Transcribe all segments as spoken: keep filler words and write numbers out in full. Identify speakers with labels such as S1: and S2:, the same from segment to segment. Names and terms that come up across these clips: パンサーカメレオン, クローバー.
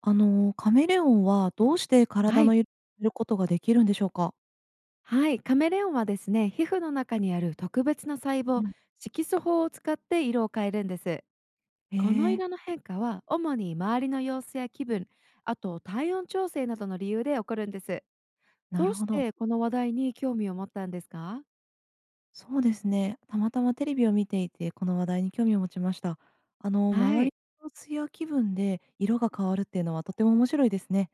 S1: あの、カメレオンはどうして体
S2: はい、
S1: の色を変えることができるんでしょうか？
S2: はい、カメレオンはですね、皮膚の中にある特別な細
S1: う
S2: 胞、
S1: ん。
S2: 色素法を使って色を変えるんです。
S1: へ
S2: この
S1: え、
S2: 色の変化は主に周りの様子や気分、あと体温調整などの理由で起こるんです。
S1: な
S2: ど
S1: る
S2: うし
S1: ほど。
S2: てこの話題に興味を持ったんですか？
S1: そうですね。たまたまテレビを見ていて、この話題に興味を持ちました。あの、
S2: は
S1: 周
S2: い、
S1: りの艶や気分で色が変わるっていうのはとても面白いですね。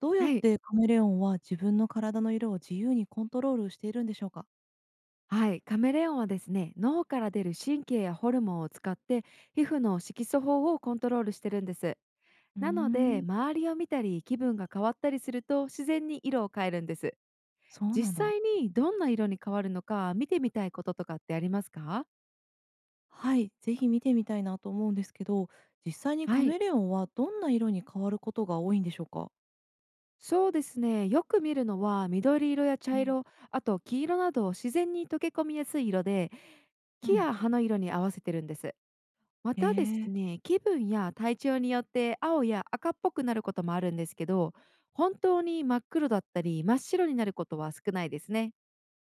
S1: どうやっ
S2: はい、
S1: てカメレオンは自分の体の色を自由にコントロールしているんでしょうか？
S2: はい、カメレオンはですね、脳から出る神経やホルモンを使って皮膚の色素法をコントロールしてるんです。
S1: うー
S2: なので、
S1: ん、
S2: 周りを見たり気分が変わったりすると自然に色を変えるんです。
S1: そうなん
S2: 実
S1: だ。
S2: 際にどんな色に変わるのか見てみたいこととかってありますか？
S1: はい、ぜひ見てみたいなと思うんですけど、実際にカ
S2: はい。
S1: メレオンはどんな色に変わることが多いんでしょうか？
S2: そうですね、よく見るのは緑色や
S1: う
S2: 茶
S1: ん。
S2: 色、あと黄色など自然に溶け込みやすい色で、
S1: う
S2: 木
S1: ん。
S2: や葉の色に合わせてるんです。ま
S1: え
S2: たです
S1: え、
S2: ね、気分や体調によって青や赤っぽくなることもあるんですけど、本当に真っ黒だったり真っ白になることは少ないですね。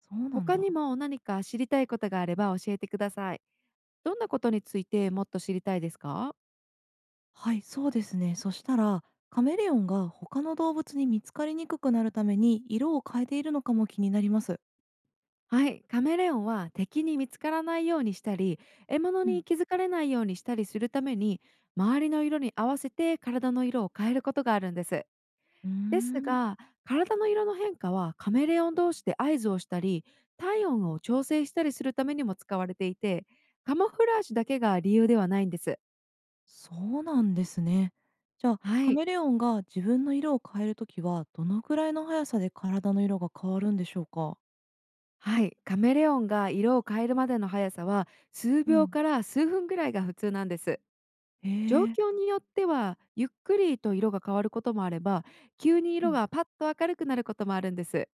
S1: そうなん
S2: 他に
S1: だ。
S2: も何か知りたいことがあれば教えてください。どんなことについてもっと知りたいですか？
S1: はい、そうですね。そしたら、カメレオンが他の動物に見つかりにくくなるために色を変えているのかも気になります。
S2: はい、カメレオンは敵に見つからないようにしたり、獲物
S1: うん。
S2: に気づかれないようにしたりするために、周りの色に合わせて体の色を変えることがあるんです。
S1: うー
S2: です
S1: ん、
S2: が、体の色の変化はカメレオン同士で合図をしたり、体温を調整したりするためにも使われていて、カモフラージュだけが理由ではないんです。
S1: そうなんですね。じゃあ、
S2: は
S1: カ
S2: い、
S1: メレオンが自分の色を変えるときは、どのくらいの速さで体の色が変わるんでしょうか？
S2: はい、カメレオンが色を変えるまでの速さは数
S1: う
S2: 秒
S1: ん。
S2: から数分ぐらいが普通なんです。
S1: へ
S2: 状
S1: え、
S2: 況によってはゆっくりと色が変わることもあれば、急に
S1: う
S2: 色
S1: ん。
S2: がパッと明るくなることもあるんです。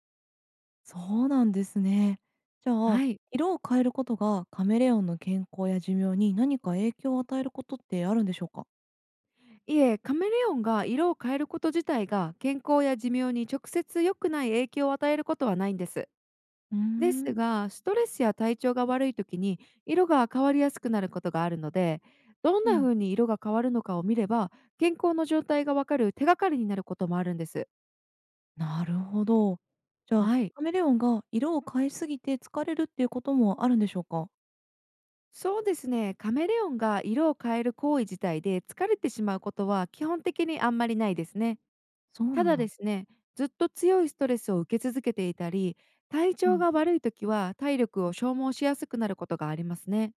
S1: そうなんですね。じゃあ、
S2: はい。
S1: 色を変えることがカメレオンの健康や寿命に何か影響を与えることってあるんでしょうか？
S2: いえ、カメレオンが色を変えること自体が健康や寿命に直接良くない影響を与えることはないんです。
S1: うー
S2: です
S1: ん。
S2: が、ストレスや体調が悪い時に色が変わりやすくなることがあるので、どん
S1: う
S2: な
S1: ん、
S2: 風に色が変わるのかを見れば、健康の状態がわかる手がかりになることもあるんです。
S1: なるほど。じゃあ、
S2: はい。
S1: カメレオンが色を変えすぎて疲れるっていうこともあるんでしょうか？
S2: そうですね。カメレオンが色を変える行為自体で疲れてしまうことは基本的にあんまりないですね。
S1: そう
S2: た
S1: なん
S2: だで
S1: だ。
S2: すね、ずっと強いストレスを受け続けていたり、体
S1: う
S2: 調
S1: ん。
S2: が悪い時は体力を消耗しやすくなることがありますね。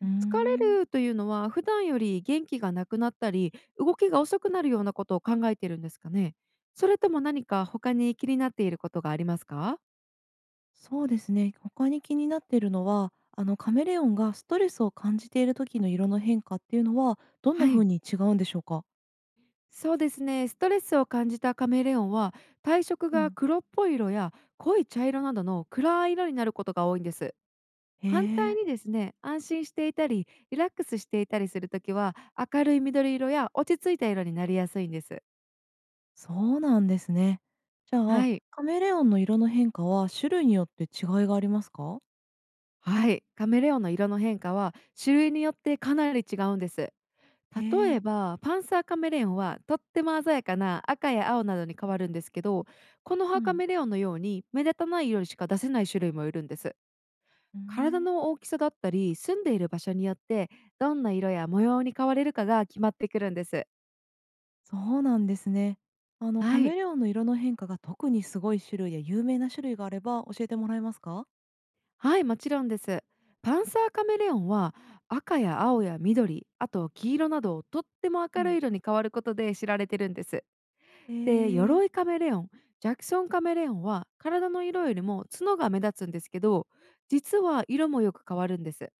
S1: うー
S2: 疲
S1: ん、
S2: れるというのは普段より元気がなくなったり、動きが遅くなるようなことを考えているんですかね。それとも何か他に気になっていることがありますか？
S1: そうですね。他に気になっているのは、あの、カメレオンがストレスを感じている時の色の変化っていうのは、どんな
S2: は
S1: 風
S2: い。
S1: に違うんでしょうか？
S2: そうですね。ストレスを感じたカメレオンは体色
S1: う
S2: が
S1: ん。
S2: 黒っぽい色や濃い茶色などの暗い色になることが多いんです。
S1: へ
S2: 反対
S1: え、
S2: にですね、安心していたりリラックスしていたりするときは、明るい緑色や落ち着いた色になりやすいんです。
S1: そうなんですね。じゃあ、
S2: はい。
S1: カメレオンの色の変化は種類によって違いがありますか？
S2: はい。カメレオンの色の変化は種類によってかなり違うんです。
S1: へ
S2: 例
S1: え。
S2: えばパンサーカメレオンはとっても鮮やかな赤や青などに変わるんですけど、この
S1: う
S2: 葉カ
S1: ん。
S2: メレオンのように目立たない色にしか出せない種類もいるんです。
S1: うー
S2: 体
S1: ん。
S2: の大きさだったり住んでいる場所によって、どんな色や模様に変われるかが決まってくるんです。
S1: そうなんですね。あのカ
S2: は
S1: メ
S2: い、
S1: レオンの色の変化が特にすごい種類や有名な種類があれば教えてもらえますか？
S2: はい、もちろんです。パンサーカメレオンは赤や青や緑、あと黄色などとっても
S1: う
S2: 明る
S1: ん、
S2: い色に変わることで知られてるんです。
S1: へ
S2: で、
S1: ー。
S2: 鎧カメレオン、ジャクソンカメレオンは体の色よりも角が目立つんですけど、実は色もよく変わるんです。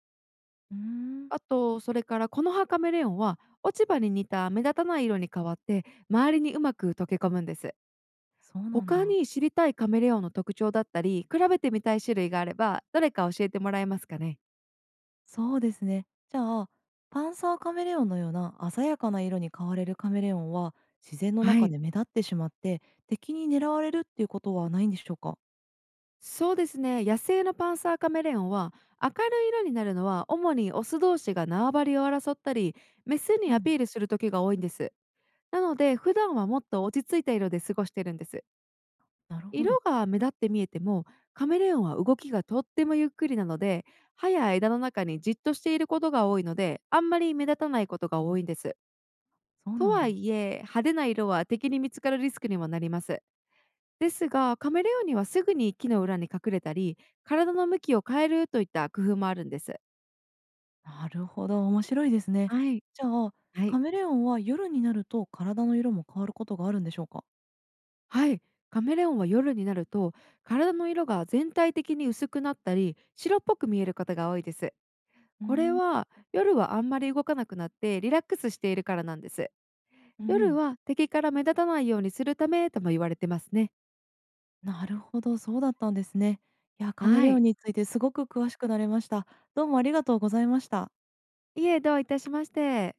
S1: うーん、
S2: あと、それからこの葉カメレオンは落ち葉に似た目立たない色に変わって周りにうまく溶け込むんです。
S1: そうなん
S2: 他
S1: だ。
S2: に知りたいカメレオンの特徴だったり、比べてみたい種類があれば、どれか教えてもらえますかね？
S1: そうですね。じゃあ、パンサーカメレオンのような鮮やかな色に変われるカメレオンは自然の
S2: は
S1: 中
S2: い。
S1: で目立ってしまって敵に狙われるっていうことはないんでしょうか？
S2: そうですね。野生のパンサーカメレオンは明るい色になるのは主にオス同士が縄張りを争ったり、メス
S1: う
S2: にアピ
S1: ん、
S2: ールする時が多いんです。なので、普段はもっと落ち着いた色で過ごしてるんです。
S1: なるほ
S2: 色
S1: ど。
S2: が目立って見えても、カメレオンは動きがとってもゆっくりなので、葉や枝の中にじっとしていることが多いので、あんまり目立たないことが多いんです。
S1: そう
S2: と
S1: なん
S2: は
S1: だ。
S2: いえ、派手な色は敵に見つかるリスクにもなります。ですが、カメレオンにはすぐに木の裏に隠れたり、体の向きを変えるといった工夫もあるんです。
S1: なるほど。面白いですね。
S2: はい、
S1: じゃあ、
S2: は
S1: カ
S2: い、
S1: メレオンは夜になると体の色も変わることがあるんでしょうか？
S2: はい。カメレオンは夜になると、体の色が全体的に薄くなったり、白っぽく見えることが多いです。
S1: うー
S2: これ
S1: ん、
S2: は夜はあんまり動かなくなってリラックスしているからなんです。
S1: う
S2: 夜
S1: ん。
S2: は敵から目立たないようにするためとも言われてますね。
S1: なるほど、そうだったんですね。いや、カメ
S2: は
S1: レオ
S2: い。
S1: ンについてすごく詳しくなれました。どうもありがとうございました。
S2: いえ、どういたしまして。